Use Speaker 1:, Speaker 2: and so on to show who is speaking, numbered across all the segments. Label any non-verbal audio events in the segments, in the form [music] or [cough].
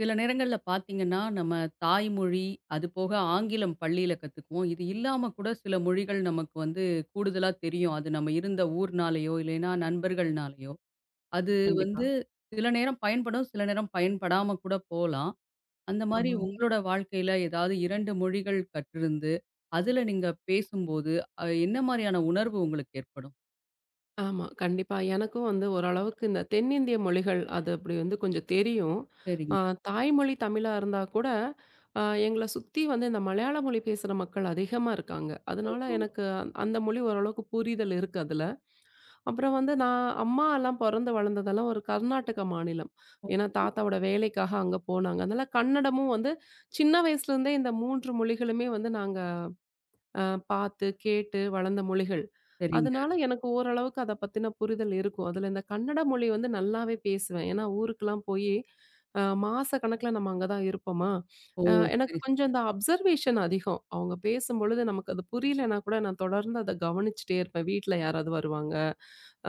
Speaker 1: சில நேரங்கள்ல பார்த்தீங்கன்னா, நம்ம தாய்மொழி, அது போக ஆங்கிலம் பள்ளியில கத்துக்குவோம். இது இல்லாம கூட சில மொழிகள் நமக்கு வந்து கூடுதலா தெரியும். அது நம்ம இருந்த ஊர்னாலயோ, இல்லைன்னா நண்பர்கள்னாலயோ. அது
Speaker 2: கண்டிப்பா.
Speaker 1: வந்து சில நேரம் பயன்படும், சில நேரம் பயன்படாம கூட போலாம். அந்த மாரி
Speaker 2: ஆமாங்க.
Speaker 1: உங்களோட வாழ்க்கையில ஏதாவது 2 மொழிகள் கற்றிருந்து, அதுல நீங்க பேசும்போது, என்ன மாரியான உணர்வு உங்களுக்கு ஏற்படும்?
Speaker 2: ஆமா. கண்டிப்பா. எனக்கும் வந்து ஓரளவுக்கு இந்த தென்னிந்திய மொழிகள் அது அப்படி வந்து கொஞ்சம் தெரியும். அ
Speaker 1: சரிங்க.
Speaker 2: தாய்மொழி தமிழா இருந்தா கூட, அ எங்கள சுத்தி வந்து இந்த மலையாள மொழி பேசுற மக்கள் அதிகமா இருக்காங்க. அதனால
Speaker 1: ஓஹோ!
Speaker 2: எனக்கு அந்த அந்த மொழி ஓரளவுக்கு புரிதல் இருக்கு அதுல. அப்புறம் வந்து நான் அம்மாலாம் பொறந்து வளர்ந்ததெல்லாம் ஒரு கர்நாடக மாநிலம்.
Speaker 1: ஓ! ஓ,
Speaker 2: ஏன்னா
Speaker 1: சரி,
Speaker 2: தாத்தாவோட வேலைக்காக அங்க போனாங்க. அதனால கன்னடமும் வந்து சின்ன வயசுலேருந்தே இந்த 3 மொழிகளுமே வந்து நாங்க அ பார்த்து, கேட்டு வளர்ந்த மொழிகள்.
Speaker 1: சரிங்க.
Speaker 2: அதனால எனக்கு ஓரளவுக்கு அத பத்தின புரிதல் இருக்கும். அதுல இந்த கன்னட மொழி வந்து நல்லாவே பேசுவேன். ஏன்னா ஊருக்குலாம் போயி மாச கணக்குல நம்ம அங்க தான் இருப்போமா,
Speaker 1: ஓ!
Speaker 2: எனக்கு
Speaker 1: சரி.
Speaker 2: கொஞ்சம் இந்த அப்சர்வேஷன் அதிகம். அவங்க பேசும்பொழுது நமக்கு அது புரியலன்னா கூட நான் தொடர்ந்து அத கவனிச்சுட்டே இருப்பேன். வீட்ல யாராவது வருவாங்க,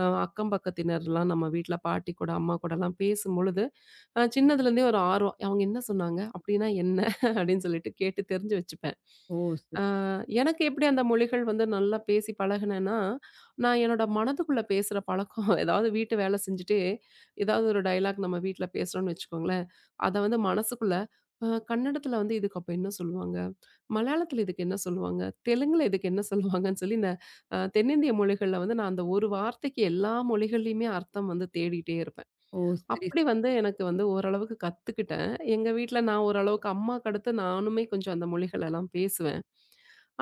Speaker 2: அக்கம் பக்கத்தினர்லாம் நம்ம வீட்ல பாட்டி கூட, அம்மா கூடலாம் பேசும்பொழுது சின்னதுலேருந்தே ஒரு ஆர்வம். அவங்க என்ன சொன்னாங்க? அப்படின்னா என்ன? அப்படின்னு சொல்லிட்டு கேட்டு தெரிஞ்சு வச்சுப்பேன்.
Speaker 1: ஓ! சரி.
Speaker 2: ஆ எனக்கு எப்படி அந்த மொழிகள் வந்து நல்லா பேசி பழகுனேன்னா, நான் என்னோட மனதுக்குள்ள பேசுற பழக்கம் [laughs] ஏதாவது வீட்டு வேலை செஞ்சுட்டே, ஏதாவது ஒரு டயலாக் நம்ம வீட்ல பேசுறோம்னு வச்சுக்கோங்களேன், அத வந்து மனசுக்குள்ள கன்னடத்துல வந்து இதுக்கு அப்ப என்ன சொல்லுவாங்க? மலையாளத்துல இதுக்கு என்ன சொல்லுவாங்க? தெலுங்குல இதுக்கு என்ன சொல்லுவாங்கன்னு சொல்லி இந்த தென்னிந்திய மொழிகள்ல வந்து நான் அந்த ஒரு வார்த்தைக்கு எல்லா மொழிகள்லயுமே அர்த்தம் வந்து தேடிட்டே இருப்பேன்.
Speaker 1: ஓ! சரி,
Speaker 2: அப்படி வந்து எனக்கு வந்து ஓரளவுக்கு கத்துக்கிட்டேன். எங்க வீட்ல நான் ஓரளவுக்கு அம்மாக்கு அடுத்து நானுமே கொஞ்சம் அந்த மொழிகள் எல்லாம் பேசுவேன்.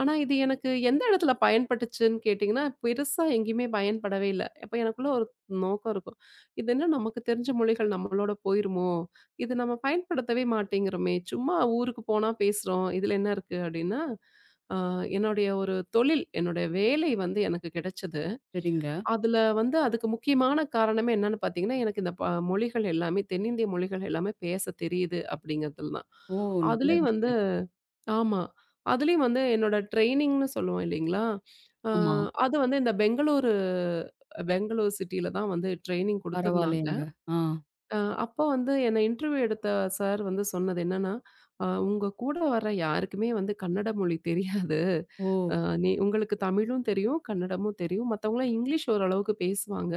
Speaker 2: ஆனா, இது எனக்கு எந்த இடத்துல பயன்பட்டுச்சுன்னு கேட்டீங்கன்னா, பெருசா எங்கேயுமே பயன்படவே இல்ல. அப்ப எனக்குள்ள ஒரு நோக்கம் இருக்கும். இது என்ன நமக்கு தெரிஞ்ச மொழிகள் நம்மளோட போயிருமோ? இது நம்ம பயன்படுத்தவே மாட்டேங்கிறோமே! சும்மா ஊருக்கு போனா பேசுறோம். இதுல என்ன இருக்கு? அப்படின்னா, அ என்னுடைய ஒரு தொழில், என்னுடைய வேலை வந்து எனக்கு கிடைச்சது.
Speaker 1: சரிங்க.
Speaker 2: அதுல வந்து அதுக்கு முக்கியமான காரணமே என்னன்னு பார்த்தீங்கன்னா, எனக்கு இந்த மொழிகள் எல்லாமே தென்னிந்திய மொழிகள் எல்லாமே பேச தெரியுது அப்படிங்கிறதுல தான்.
Speaker 1: ஓ! நல்ல
Speaker 2: அதுலயும் வந்து
Speaker 1: விஷயம்.
Speaker 2: ஆமா. அதுலயும் வந்து என்னோட ட்ரெய்னிங்ன்னு சொல்லுவோம் இல்லைங்களா? அ
Speaker 1: ஆமா.
Speaker 2: அது வந்து இந்த பெங்களூர் சிட்டில தான் வந்து ட்ரெய்னிங் குடுத்துருந்தாங்க.
Speaker 1: பரவாயில்லையேங்க. ஆ.
Speaker 2: அ அப்போ வந்து என்ன இன்டர்வியூ எடுத்த சார் வந்து சொன்னது என்னன்னா, உங்க கூட வர யாருக்குமே வந்து கன்னட மொழி தெரியாது.
Speaker 1: ஓ!
Speaker 2: அ நீ உங்களுக்கு தமிழும் தெரியும், கன்னடமும் தெரியும். மத்தவங்கலாம் இங்கிலீஷ் ஓரளவுக்கு பேசுவாங்க.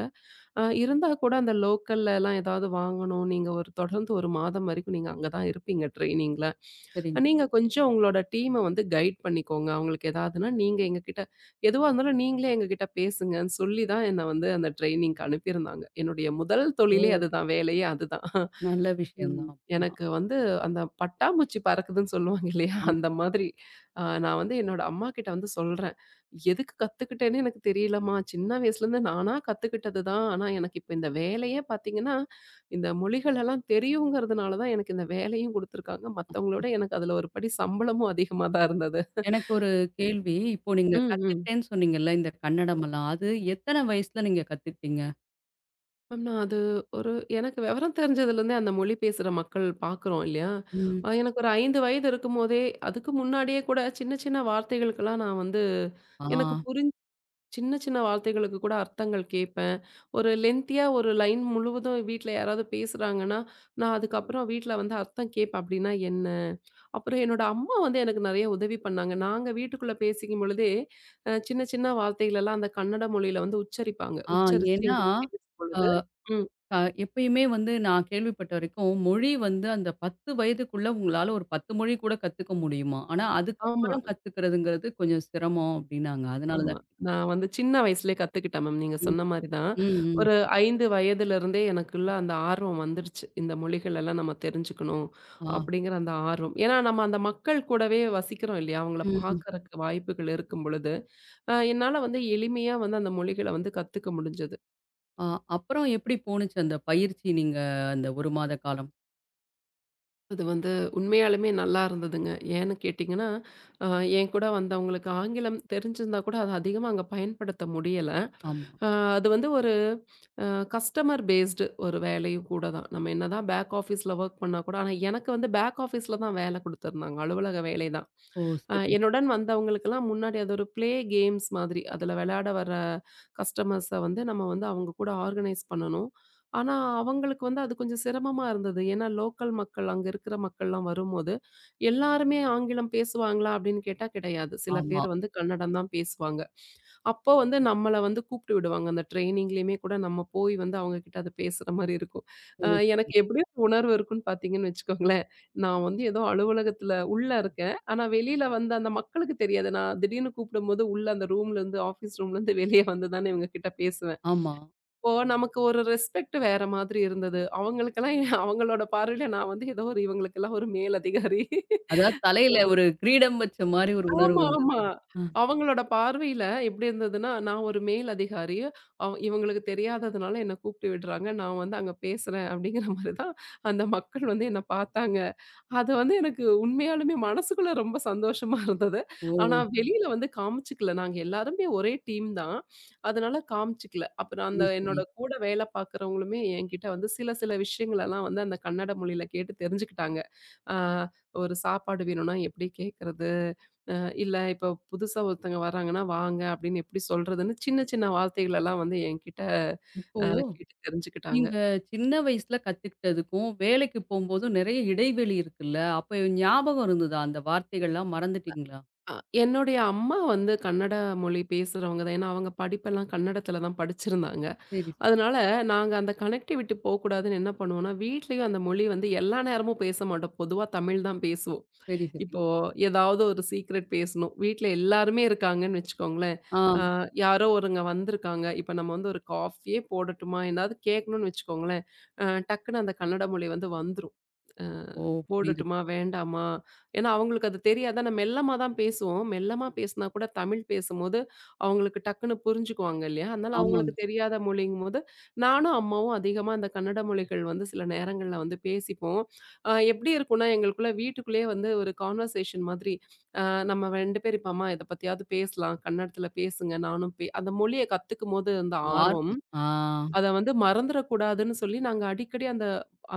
Speaker 2: இருந்தா கூட அந்த லோக்கல்லலாம் ஏதாவது வாங்கணும். நீங்க ஒரு தொடர்ந்து 1 மாதம் வரைக்கும் நீங்க அங்க தான் இருப்பீங்க ட்ரெய்னிங்ல.
Speaker 1: சரிங்க.
Speaker 2: நீங்க கொஞ்சம் உங்களோட டீம வந்து கைட் பண்ணிக்கோங்க. அவங்களுக்கு ஏதாவதுன்னா, நீங்க எங்ககிட்ட எதுவா இருந்தாலும் நீங்களே எங்ககிட்ட பேசுங்கன்னு சொல்லி தான் என்ன வந்து அந்த ட்ரெய்னிங்க்கு அனுப்பியிருந்தாங்க. என்னுடைய முதல்
Speaker 1: ஓ!
Speaker 2: தொழிலே அதுதான். வேலையே அதுதான்.
Speaker 1: நல்ல விஷயம்
Speaker 2: ம்.
Speaker 1: தான் அப்பன்னா.
Speaker 2: எனக்கு வந்து அந்த பட்டாம்பூச்சி பறக்குதுன்னு சொல்லுவாங்க இல்லையா?
Speaker 1: ஆமா.
Speaker 2: அந்த மாதிரி நான் வந்து என்னோட அம்மாகிட்ட வந்து சொல்றேன். எதுக்கு கத்துக்கிட்டேன்னு எனக்கு தெரியலம்மா. சின்ன வயசுலேருந்து நானா கத்துக்கிட்டது தான். ஆனா, எனக்கு இப்ப இந்த வேலையே பார்த்தீங்கன்னா, இந்த மொழிகள் எல்லாம் தெரியுங்கிறதுனால தான் எனக்கு இந்த வேலையும் குடுத்துருக்காங்க. மத்தவங்களோட எனக்கு அதுல ஒரு படி சம்பளமும் அதிகமா தான் இருந்தது.
Speaker 1: எனக்கு ஒரு கேள்வி. இப்போ நீங்க
Speaker 2: ம், ம்.
Speaker 1: கத்துக்கிட்டேன்னு சொன்னீங்கல்ல, இந்த கன்னடமெல்லாம். அது எத்தன வயசுல நீங்க கத்துக்கிட்டீங்க?
Speaker 2: மேம் நான் அது ஒரு எனக்கு விவரம் தெரிஞ்சதுலேருந்தே அந்த மொழி பேசுற மக்கள் பார்க்குறோம் இல்லையா?
Speaker 1: ம்.
Speaker 2: எனக்கு ஒரு 5 வயது இருக்கும்போதே, அதுக்கு முன்னாடியே கூட சின்ன சின்ன வார்த்தைகளுக்கெல்லாம் நான் வந்து
Speaker 1: ஆ.
Speaker 2: எனக்கு புரிஞ்ச சின்ன, சின்ன வார்த்தைகளுக்கு கூட அர்த்தங்கள் கேட்பேன். ஒரு லென்த்தியா ஒரு லைன் முழுவதும் வீட்ல யாராவது பேசுறாங்கன்னா, நான் அதுக்கப்புறம் வீட்ல வந்து அர்த்தம் கேட்பேன். அப்படின்னா என்ன? அப்புறம் என்னோட அம்மா வந்து எனக்கு நெறைய உதவி பண்ணாங்க. நாங்க வீட்டுக்குள்ள பேசிக்கும் பொழுதே, சின்ன, சின்ன வார்த்தைகளெல்லாம் அந்த கன்னட மொழியில வந்து உச்சரிப்பாங்க.
Speaker 1: ஆ
Speaker 2: உச்சரிச்சு
Speaker 1: ஏன்னா,
Speaker 2: என்கிட்ட
Speaker 1: அ
Speaker 2: பேசும்பொழுது ம்.
Speaker 1: க எப்பயுமே வந்து நான் கேள்விப்பட்ட வரைக்கும், மொழி வந்து அந்த 10 வயதுக்குள்ள உங்களால ஒரு 10 மொழி கூட கத்துக்க முடியுமாம். ஆனா,
Speaker 2: ஆமா.
Speaker 1: அதுக்கப்புறம் கத்துக்கிறதுங்கிறது கொஞ்சம் சிரமம் அப்டின்னாங்க. அதனால
Speaker 2: ஆமா.
Speaker 1: தான்.
Speaker 2: நான் வந்து சின்ன வயசுலயே கத்துக்கிட்டேன் மேம். நீங்க
Speaker 1: ம்.
Speaker 2: சொன்ன மாரி தான்.
Speaker 1: ம், ம்.
Speaker 2: ஒரு 5 வயதிலிருந்தே எனக்குள்ள அந்த ஆர்வம் வந்துருச்சு. இந்த மொழிகள் எல்லாம் நம்ம தெரிஞ்சுக்கணும்,
Speaker 1: ஆ.
Speaker 2: அப்படிங்கிற அந்த ஆர்வம். ஏன்னா நம்ம அந்த மக்கள் கூடவே வசிக்கிறோம் இல்லையா? அவங்கள
Speaker 1: ம்.
Speaker 2: பார்க்கறக்கு வாய்ப்புகள் இருக்கும் பொழுது, என்னால வந்து எளிமையா வந்து அந்த மொழிகள வந்து கத்துக்க முடிஞ்சது.
Speaker 1: ஆ, அப்புறம் எப்படி போணுச்சு அந்த பயிற்சி நீங்க அந்த 1 மாத காலம்?
Speaker 2: அது வந்து உண்மையாலுமே நல்லா இருந்ததுங்க. ஏன்னு கேட்டீங்கன்னா, அ என் கூட வந்தவங்களுக்கு ஆங்கிலம் தெரிஞ்சிருந்தா கூட, அத அதிகமா அங்க பயன்படுத்த முடியல.
Speaker 1: ஆமா.
Speaker 2: அ அது வந்து ஒரு அ கஸ்டமர் பேஸ்டு ஒரு வேலையும் கூட தான். நம்ம என்னதான் பேக் ஆஃபீஸ்ல வொர்க் பண்ணா கூட ஆனா எனக்கு வந்து பேக் ஆஃபீஸ்ல தான் வேலை குடுத்துருந்தாங்க. அலுவலக வேலை தான்.
Speaker 1: ஓ! சரி.
Speaker 2: என்னுடன் வந்தவங்களுக்கெல்லாம் முன்னாடி அது ஒரு கேம்ஸ் மாதிரி. அதுல விளையாட வர கஸ்டமர்ஸ வந்து நம்ம வந்து அவங்க கூட ஆர்கனைஸ் பண்ணணும். ஆனா அவங்களுக்கு வந்து அது கொஞ்சம் சிரமமா இருந்தது. ஏன்னா லோக்கல் மக்கள், அங்க இருக்கிற மக்கள்லாம் வரும்போது, எல்லாருமே ஆங்கிலம் பேசுவாங்களா அப்படின்னு கேட்டா கிடையாது. சில
Speaker 1: ஆமா.
Speaker 2: பேர் வந்து கன்னடம் தான் பேசுவாங்க. அப்போ வந்து நம்மள வந்து கூப்பிட்டு விடுவாங்க. அந்த ட்ரெய்னிங்லயுமே கூட நம்ம போய் வந்து அவங்க கிட்ட அத பேசுற மாரி இருக்கும். அ
Speaker 1: ஓ!
Speaker 2: எனக்கு எப்படி ஒரு உணர்வு இருக்குன்னு பார்த்தீங்கன்னு வச்சுக்கோங்களேன், நான் வந்து ஏதோ அலுவலகத்துல உள்ள இருக்கேன். ஆனா வெளியில வந்து அந்த மக்களுக்கு தெரியாது. நான் திடீர்னு கூப்பிடும்போது உள்ள அந்த ரூம்லருந்து ஆஃபீஸ் ரூம்லருந்து வெளிய வந்து தானே இவங்க கிட்ட பேசுவேன்.
Speaker 1: ஆமா.
Speaker 2: இப்போ நமக்கு ஒரு ரெஸ்பெக்ட் வேற மாதிரி இருந்தது. அவங்களுக்கெல்லாம் அவங்களோட பார்வையில நான் வந்து ஏதோ ஒரு இவங்களுக்கெல்லாம் ஒரு மேலதிகாரி.
Speaker 1: அதாவது தலையில ஒரு கிரீடம் வச்ச மாரி ஒரு உணர்வு
Speaker 2: ஆமா,
Speaker 1: வந்தது.
Speaker 2: ஆமா.
Speaker 1: அ.
Speaker 2: அவங்களோட பார்வையில எப்படி இருந்ததுன்னா, நான் ஒரு மேல் அதிகாரி. இவங்களுக்கு தெரியாததுனால என்ன கூப்பிட்டு விடுறாங்க. நான் வந்து அங்க பேசுறேன் அப்படிங்கிற மாரி தான் அந்த மக்கள் வந்து என்ன பார்த்தாங்க. அது வந்து எனக்கு உண்மையாலுமே மனசுக்குள்ள ரொம்ப சந்தோஷமா இருந்தது.
Speaker 1: ஓ!
Speaker 2: ஆனா வெளியில வந்து காமிச்சுக்கல. நாங்க எல்லாருமே ஒரே டீம் தான். அதனால காமிச்சுக்கல. அப்புறம்
Speaker 1: சரி,
Speaker 2: அந்த
Speaker 1: சரி.
Speaker 2: என்னோட கூட வேலை பார்க்குறவங்களுமே என்கிட்ட வந்து சில சில விஷயங்களெல்லாம் வந்து அந்த கன்னட மொழியில கேட்டு தெரிஞ்சுக்கிட்டாங்க. ஆ ஒரு சாப்பாடு வேணும்னா எப்படி கேட்கறது? அ இல்ல இப்போ புதுசா ஒருத்தங்க வராங்கன்னா, "வாங்க" அப்படின்னு எப்படி சொல்றதுன்னு சின்ன சின்ன வார்த்தைகளெல்லாம் வந்து என்கிட்ட
Speaker 1: இப்போ
Speaker 2: அ கேட்டு தெரிஞ்சுக்கிட்டாங்க.
Speaker 1: நீங்க சின்ன வயசுல கத்துக்கிட்டதுக்கும், வேலைக்கு போம்போதும் நெறைய இடைவெளி இருக்குல்ல? அப்ப ஞாபகம் இருந்ததா? அந்த வார்த்தைகள்லாம் மறந்துட்டீங்களா?
Speaker 2: அ என்னுடைய அம்மா வந்து கன்னட மொழி பேசுறவங்க தான். ஏன்னா அவங்க படிப்பெல்லாம் கன்னடத்துல தான் படிச்சிருந்தாங்க.
Speaker 1: சரி,
Speaker 2: அதனால நாங்க அந்த கனெக்டிவிட்டி போக்கூடாதுன்னு என்ன பண்ணுவோம்னா, வீட்லயும் அந்த மொழி வந்து எல்லா நேரமும் பேச மாட்டோம். பொதுவா தமிழ் தான் பேசுவோம்.
Speaker 1: சரி, சரி.
Speaker 2: இப்போ ஏதாவது ஒரு சீக்ரெட் பேசணும். வீட்ல எல்லாருமே இருக்காங்கன்னு வச்சுக்கோங்களேன்.
Speaker 1: ஆ.
Speaker 2: அ யாரோ ஒருங்க வந்திருக்காங்க. இப்ப நம்ம வந்து ஒரு காஃபியே போடட்டுமா? எதாவது கேட்கணும்னு வச்சுக்கோங்களேன். டக்குன்னு அந்த கன்னட மொழி வந்து வந்துரும். அ
Speaker 1: ஓ! புரியுது.
Speaker 2: போடட்டுமா? வேண்டாமா? ஏன்னா அவங்களுக்கு அது தெரியாதா? நம்ம மெல்லமா தான் பேசுவோம். மெல்லமா பேசினா கூட தமிழ் பேசும்போது அவங்களுக்கு டக்குன்னு புரிஞ்சுக்குவாங்க இல்லையா? அதனால அவங்களுக்கு
Speaker 1: ஆமாங்க.
Speaker 2: தெரியாத மொழிங்கும்போது, நானும் அம்மாவும் அதிகமா அந்த கன்னட மொழிகள் வந்து சில நேரங்கள்ல வந்து பேசிப்போம். எப்படி இருக்கும்னா, எங்களுக்குள்ள வீட்டுக்குள்ளேயே வந்து ஒரு கான்வர்சேஷன் மாதிரி, அ நம்ம 2 பேர் இப்ப அம்மா இத பத்தியாவது பேசலாம். கன்னடத்துல பேசுங்க. நானும் அந்த மொழிய கத்துக்கும்போது அந்த ஆர்வம்,
Speaker 1: ஆர்வம். ஆ.
Speaker 2: அத வந்து மறந்துறக்கூடாதுன்னு சொல்லி நாங்க அடிக்கடி அந்த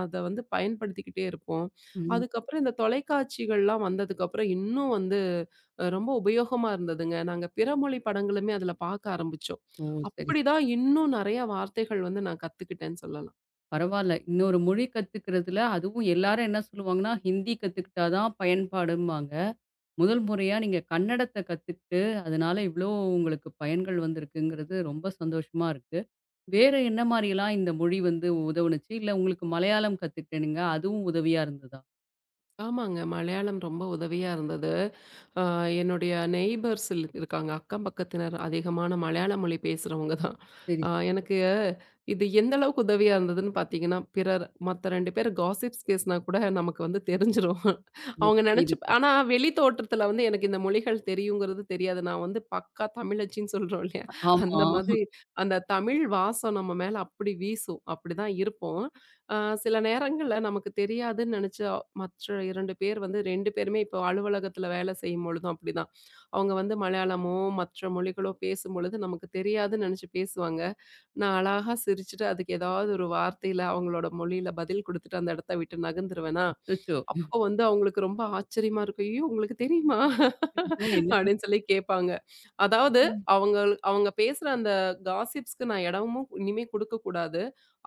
Speaker 2: அத வந்து பயன்படுத்திக்கிட்டே இருப்போம்.
Speaker 1: ம்.
Speaker 2: அதுக்கப்புறம் இந்த தொலைக்காட்சிகள்லாம் வந்ததுக்கப்புறம் இன்னும் வந்து ரொம்ப உபயோகமா இருந்ததுங்க. நாங்க பிற மொழி படங்களுமே அதுல பார்க்க ஆரம்பிச்சோம்.
Speaker 1: ஓ! சரி.
Speaker 2: அப்படிதான் இன்னும் நெறைய வார்த்தைகள் வந்து நான் கத்துக்கிட்டேன்னு சொல்லலாம்.
Speaker 1: பரவால்ல. இன்னொரு மொழி கத்துக்கிறதுல அதுவும் எல்லாரும் என்ன சொல்லுவாங்கன்னா, ஹிந்தி கத்துக்கிட்டா தான் பயன்பாடும்பாங்க. முதல் முறையா நீங்க கன்னடத்த கத்துக்கிட்டு, அதனால இவ்ளோ உங்களுக்கு பயன்கள் வந்திருக்குங்கிறது ரொம்ப சந்தோஷமா இருக்கு. வேற என்ன மாரிலாம் இந்த மொழி வந்து உதவுனுச்சு? இல்ல உங்களுக்கு மலையாளம் கத்துக்கிட்டேனுங்க, அதுவும் உதவியா இருந்ததா?
Speaker 2: ஆமாங்க. மலையாளம் ரொம்ப உதவியா இருந்தது. ஆ, என்னுடைய நெய்பர்ஸ் இருக்காங்க. அக்கம் பக்கத்தினர் அதிகமான மலையாள மொழி பேசுறவங்க தான்.
Speaker 1: சரி, சரி.
Speaker 2: எனக்கு இது எந்த அளவுக்கு உதவியா இருந்ததுன்னு பார்த்தீங்கன்னா, பிறர் மத்த 2 பேர் காசிப்ஸ் பேசினா கூட நமக்கு வந்து தெரிஞ்சிரும்.
Speaker 1: ஓ,
Speaker 2: அவங்க நெனச்சு
Speaker 1: புரியுது, புரியுது.
Speaker 2: ஆனா வெளி தோற்றத்தில வந்து எனக்கு இந்த மொழிகள் தெரியுங்கிறது தெரியாது. நான் வந்து பக்கா தமிழச்சின்னு சொல்றோம் இல்லையா?
Speaker 1: ஆமா.
Speaker 2: அந்த மாதிரி அந்த தமிழ் வாசம் நம்ம மேல அப்படி வீசும். அப்படிதான் இருப்போம். அ சில நேரங்கள்ல நமக்கு தெரியாதுன்னு நெனச்ச மற்ற 2 பேர் வந்து 2 பேருமே இப்போ அலுவலகத்தில வேலை செய்யும்பொழுதும் அப்படிதான். அவங்க வந்து மலையாளமோ, மற்ற மொழிகளோ பேசும்பொழுது நமக்கு தெரியாதுன்னு நெனச்சு பேசுவாங்க. நான் அழகா சிரிச்சுட்டு, அதுக்கு ஏதாவது ஒரு வார்த்தையில, அவங்களோட மொழியில பதில் குடுத்துட்டு அந்த இடத்த விட்டு நகர்ந்துருவேனா,
Speaker 1: அச்சச்சோ!
Speaker 2: அப்போ வந்து அவங்களுக்கு ரொம்ப ஆச்சரியமா இருக்கும். "ஐயோ! உங்களுக்கு தெரியுமா?"
Speaker 1: ஐயோ! என்னது?
Speaker 2: அப்படின்னு சொல்லி கேட்பாங்க. அதாவது அவங்க பேசுற அந்த காசிப்ஸ்க்கு நான் இடமும் இனிமே குடுக்கக்கூடாது.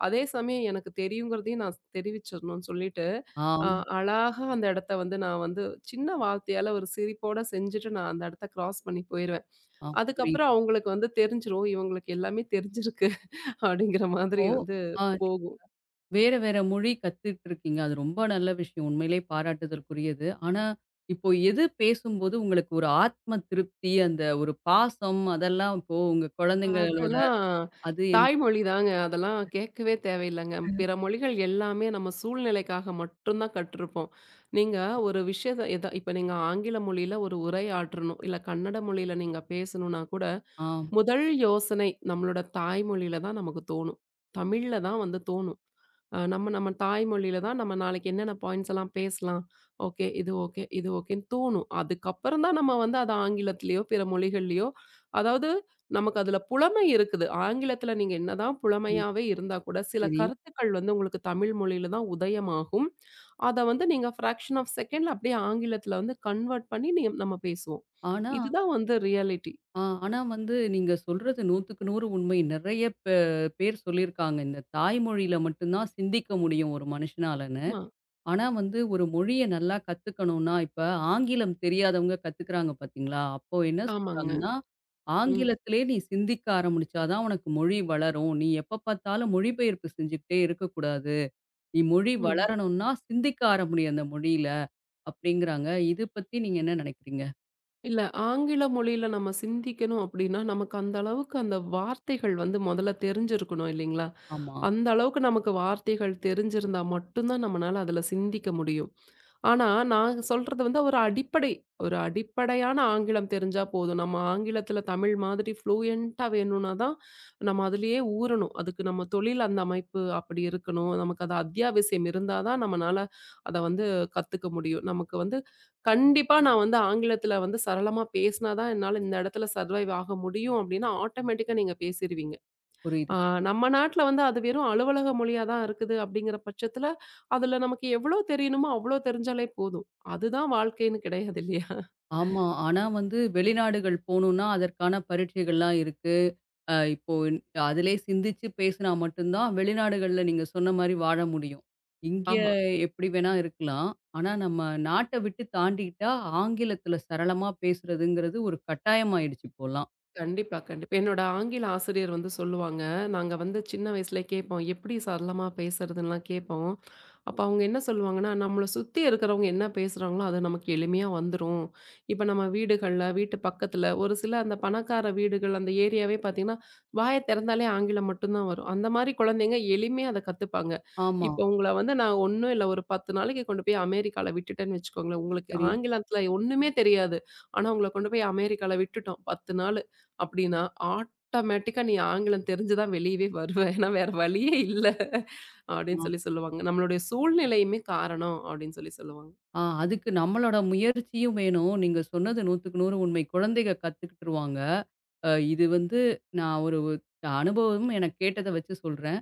Speaker 2: அதே சமயம் எனக்கு தெரியுங்கிறதையும் நான் தெரிவிச்சிரணும்னு சொல்லிட்டு,
Speaker 1: ஆ,
Speaker 2: அ அழகா அந்த இடத்த வந்து நான் வந்து சின்ன வார்த்தையால ஒரு சிரிப்போட செஞ்சுட்டு நான் அந்த இடத்த கிராஸ் பண்ணி போயிருவேன்.
Speaker 1: ஆ. புரியுது.
Speaker 2: அதுக்கப்புறம் அவங்களுக்கு வந்து தெரிஞ்சிரும். இவங்களுக்கு எல்லாமே தெரிஞ்சிருக்கு. அப்படிங்கிற மாதிரி
Speaker 1: இப்போ
Speaker 2: வந்து
Speaker 1: ஆ.
Speaker 2: போகும்.
Speaker 1: வேற, வேற மொழி கத்துட்டு இருக்கீங்க. அது ரொம்ப நல்ல விஷயம். உண்மையிலே பாராட்டுதற்குரியது. ஆனா, இப்போ எது பேசும்போது உங்களுக்கு ஒரு ஆத்ம திருப்தி, அந்த ஒரு பாசம் அதெல்லாம் இப்போ உங்க குழந்தைங்களோட
Speaker 2: அதெல்லாம்
Speaker 1: அது எந்
Speaker 2: தாய்மொழி தாங்க. அதெல்லாம் கேட்கவே தேவையில்லங்க.
Speaker 1: ம்.
Speaker 2: பிற மொழிகள் எல்லாமே நம்ம சூழ்நிலைக்காக மட்டும் தான் கற்றுருப்போம். நீங்க ஒரு விஷயத்த எத இப்ப நீங்க ஆங்கில மொழியில ஒரு உரையாற்றணும், இல்ல கன்னட மொழியில நீங்க பேசணும்னா கூட,
Speaker 1: ஆ,
Speaker 2: முதல் யோசனை நம்மளோட தாய்மொழியில தான் நமக்கு தோணும். தமிழ்ல தான் வந்து தோணும். நம்ம நம்ம தாய்மொழியில தான் நம்ம நாளைக்கு என்னென்ன பாயிண்ட்ஸ் எல்லாம் பேசலாம். ஓகே, இது ஓகே, இது ஓகேன்னு தோணும். அதுக்கப்புறம் தான் நம்ம வந்து அத ஆங்கிலத்திலயோ, பிற மொழிகள்லயோ அதாவது நமக்கு அதுல புலமை இருக்குது. ஆங்கிலத்தில நீங்க என்னதான்
Speaker 1: ம்.
Speaker 2: புலமையாவே இருந்தா கூட, சில
Speaker 1: சரி.
Speaker 2: கருத்துக்கள் வந்து உங்களுக்கு தமிழ் மொழியில தான் உதயமாகும். அத வந்து நீங்க ஃபிராக்ஷன் ஆஃப் செகண்ட்ல அப்படியே ஆங்கிலத்தில வந்து கன்வெர்ட் பண்ணி நீ நம்ம பேசுவோம்.
Speaker 1: ஆனா
Speaker 2: இதுதான் வந்து ரியாலிட்டி.
Speaker 1: ஆனா வந்து நீங்க சொல்றது 100க்கு 100 உண்மை. நெறைய பேர் சொல்லியிருக்காங்க. இந்த தாய்மொழியில மட்டும் தான் சிந்திக்க முடியும் ஒரு மனுஷனால.
Speaker 2: ஆமா.
Speaker 1: ஆனா வந்து ஒரு மொழிய நல்லா கத்துக்கணும்னா, இப்ப ஆங்கிலம் தெரியாதவங்க கத்துக்கிறாங்க பார்த்தீங்களா? அப்போ என்ன
Speaker 2: ஆமாங்க.
Speaker 1: சொல்றாங்கன்னா,
Speaker 2: ம்,
Speaker 1: ஆங்கிலத்திலே நீ சிந்திக்க ஆரம்பிச்சா தான் உனக்கு மொழி வளரும். நீ எப்ப பார்த்தாலும் மொழிபெயர்ப்பு செஞ்சுக்கிட்டே இருக்கக்கூடாது. நீ மொழி
Speaker 2: ம்.
Speaker 1: வளரணும்னா சிந்திக்க ஆரம்பி அந்த மொழியில அப்படிங்கிறாங்க. இது பத்தி நீங்க என்ன நினைக்கிறீங்க?
Speaker 2: இல்ல ஆங்கில மொழியில நம்ம சிந்திக்கணும் அப்படின்னா, நமக்கு அந்த அளவுக்கு அந்த வார்த்தைகள் வந்து முதல்ல தெரிஞ்சிருக்கணும் இல்லைங்களா?
Speaker 1: ஆமா,
Speaker 2: அந்த அளவுக்கு நமக்கு வார்த்தைகள் தெரிஞ்சிருந்தா மட்டும் தான் நம்மனால அதுல சிந்திக்க முடியும். ஆனா, நான் சொல்றது வந்து ஒரு அடிப்படையான ஆங்கிலம் தெரிஞ்சா போதும். நம்ம ஆங்கிலத்துல தமிழ் மாதிரி ஃப்ளூயன்ட்டா வேணும்னா தான் நம்ம அதிலேயே ஊறணும். அதுக்கு நம்ம தொழில் அந்த அமைப்பு அப்படி இருக்கணும். நமக்கு அது அத்தியாவசியம் இருந்தா தான் நம்மனால அத வந்து கத்துக்க முடியும். நமக்கு வந்து கண்டிப்பா நான் வந்து ஆங்கிலத்துல வந்து சரளமா பேசினா தான் என்னால இந்த இடத்துல சர்வைவ் ஆக முடியும் அப்படின்னா, ஆட்டோமேட்டிக்கா நீங்க பேசிருவீங்க.
Speaker 1: புரியுது.
Speaker 2: ஆ நம்ம நாட்டுல வந்து அது வெறும் அலுவலக மொழியா தான் இருக்குது அப்படிங்கிற பட்சத்துல, அதுல நமக்கு எவ்வளோ தெரியணுமோ அவ்வளோ தெரிஞ்சாலே போதும். அதுதான் வாழ்க்கைன்னு கிடையாது இல்லையா?
Speaker 1: ஆமா. ஆனா வந்து வெளிநாடுகள் போணும்னா, அதற்கான பரீட்சைகள்லாம் இருக்கு. இப்போ அதிலே சிந்திச்சு பேசினா மட்டும் தான் வெளிநாடுகள்ல நீங்க சொன்ன மாரி வாழ முடியும். இங்க
Speaker 2: ஆமா.
Speaker 1: எப்படி வேணா இருக்கலாம். ஆனா நம்ம நாட்ட விட்டு தாண்டிக்கிட்டா ஆங்கிலத்தில சரளமா பேசுறதுங்கிறது ஒரு கட்டாயமாயிடுச்சு இப்போலாம்.
Speaker 2: கண்டிப்பா, கண்டிப்பா. என்னோட ஆங்கில ஆசிரியர் வந்து சொல்லுவாங்க. நாங்க வந்து சின்ன வயசுல கேட்போம். எப்படி சரளமா பேசுறதுன்னுலாம் கேட்போம். அப்ப அவங்க என்ன சொல்லுவாங்கன்னா, நம்மள சுத்தி இருக்கிறவங்க என்ன பேசுறாங்களோ, அது நமக்கு எளிமையா வந்துரும். இப்ப நம்ம வீடுகள்ல, வீட்டு பக்கத்துல ஒரு சில அந்த பணக்கார வீடுகள் அந்த ஏரியாவே பார்த்தீங்கன்னா, வாய திறந்தாலே ஆங்கிலம் மட்டும் தான் வரும். அந்த மாரி குழந்தைங்க எளிமையா அத கத்துப்பாங்க.
Speaker 1: ஆமா.
Speaker 2: இப்ப உங்கள வந்து நான் ஒண்ணும் இல்ல ஒரு 10 நாளைக்கு கொண்டு போய் அமெரிக்கால விட்டுட்டேன்னு வச்சுக்கோங்களேன். உங்களுக்கு
Speaker 1: சரி.
Speaker 2: ஆங்கிலத்துல ஒண்ணுமே தெரியாது. ஆனா உங்கள கொண்டு போய் அமெரிக்கால விட்டுட்டோம் 10 நாளு. அப்டின்னா, ஆட்டோமேட்டிக்கா நீ ஆங்கிலம் தெரிஞ்சு தான் வெளியவே வருவ. ஏன்னா வேற வழியே இல்ல. அப்டின்னு சொல்லி சொல்லுவாங்க. நம்மளுடைய சூழ்நிலையுமே காரணம் அப்டின்னு சொல்லி சொல்லுவாங்க.
Speaker 1: அதுக்கு நம்மளோட முயற்சியும் வேணும். நீங்க சொன்னது 100க்கு 100 உண்மை. குழந்தைக கத்துக்கிட்டுருவாங்க. இது வந்து நான் ஒரு அனுபவம் எனக்கு கேட்டத வச்சு சொல்றேன்.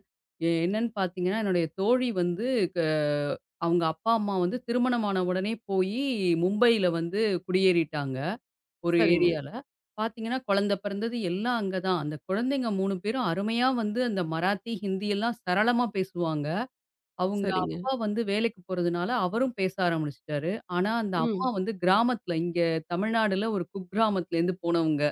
Speaker 1: என்னன்னு பார்த்தீங்கன்னா, என்னுடைய தோழி வந்து க அவங்க அப்பா, அம்மா வந்து திருமணமான உடனே போயி மும்பையில வந்து குடியேறிட்டாங்க. ஒரு
Speaker 2: சரிங்க,
Speaker 1: ஏரியால. பார்த்தீங்கன்னா, குழந்தை பிறந்தது எல்லாம் அங்க தான். அந்த குழந்தைங்க 3 பேரும் அருமையா வந்து அந்த மராத்தி, ஹிந்தி எல்லாம் சரளமா பேசுவாங்க. அவங்க
Speaker 2: சரிங்க.
Speaker 1: அப்பா வந்து வேலைக்கு போறதுனால அவரும் பேச ஆரம்பிச்சுட்டாரு. ஆனா, அந்த அம்மா
Speaker 2: ம்.
Speaker 1: வந்து கிராமத்துல இங்க தமிழ்நாடுல ஒரு குக்கிராமத்துலேருந்து போனவங்க.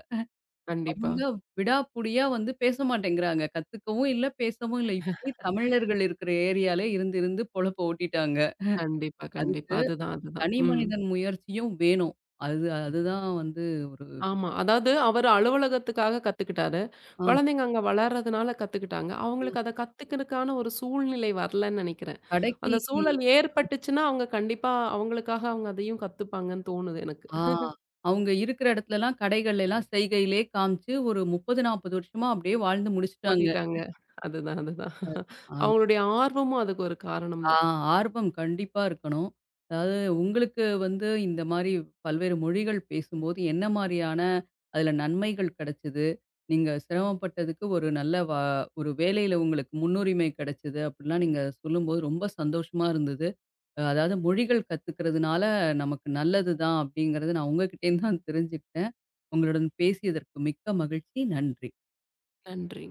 Speaker 2: கண்டிப்பா,
Speaker 1: அவங்க விடாப்புடியா வந்து பேச மாட்டேங்கிறாங்க. கத்துக்கவும் இல்ல, பேசவும் இல்ல. இப்படியே தமிழர்கள் இருக்கிற ஏரியாலே இருந்து இருந்து பொழப்ப ஓட்டிட்டாங்க.
Speaker 2: கண்டிப்பா, கண்டிப்பா.
Speaker 1: அதுக்கு
Speaker 2: அதுதான், அதுதான்.
Speaker 1: தனி
Speaker 2: ம்.
Speaker 1: மனிதன் முயற்சியும் வேணும். அது அதுதான் வந்து ஒரு
Speaker 2: ஆமா. அதாவது அவரு அலுவலகத்துக்காக கத்துக்கிட்டாரு.
Speaker 1: ஆ
Speaker 2: குழந்தைங்க அங்க வளர்றதுனால கத்துக்கிட்டாங்க. அவங்களுக்கு அத கத்துக்கிறதுக்கான ஒரு சூழ்நிலை வரலன்னு நெனைக்கிறேன்.
Speaker 1: கடைக்கு
Speaker 2: அந்த சூழல் ஏற்பட்டுச்சுன்னா, அவங்க கண்டிப்பா அவங்களுக்காக அவங்க அதையும் கத்துப்பாங்கன்னு தோணுது எனக்கு.
Speaker 1: ஆ அவங்க இருக்கிற இடத்துலலாம் கடைகள்லாம் செய்கையிலே காமிச்சு ஒரு 30, 40 வருஷமா அப்படியே வாழ்ந்து முடிச்சுட்டாங்க.
Speaker 2: ஓட்டிட்டாங்க. அதுதான், அதுதான். அவங்களுடைய ஆர்வமும் அதுக்கு ஒரு காரணம்
Speaker 1: ஆ
Speaker 2: தான்.
Speaker 1: ஆர்வம் கண்டிப்பா இருக்கணும். அதாவது உங்களுக்கு வந்து இந்த மாரி பல்வேறு மொழிகள் பேசும்போது என்ன மாரியான அதில நன்மைகள் கிடைச்சது? நீங்க சிரமப்பட்டதுக்கு ஒரு நல்ல வ ஒரு வேலையில உங்களுக்கு முன்னுரிமை கிடைச்சது அப்படிலாம் நீங்க சொல்லும்போது ரொம்ப சந்தோஷமா இருந்தது. அதாவது மொழிகள் கத்துக்கிறதுனால நமக்கு நல்லது தான் அப்படிங்கிறது நான் உங்ககிட்டேருந்து தான் தெரிஞ்சுக்கிட்டேன். உங்களுடன் பேசியதற்கு மிக்க மகிழ்ச்சி. நன்றி.
Speaker 2: நன்றி.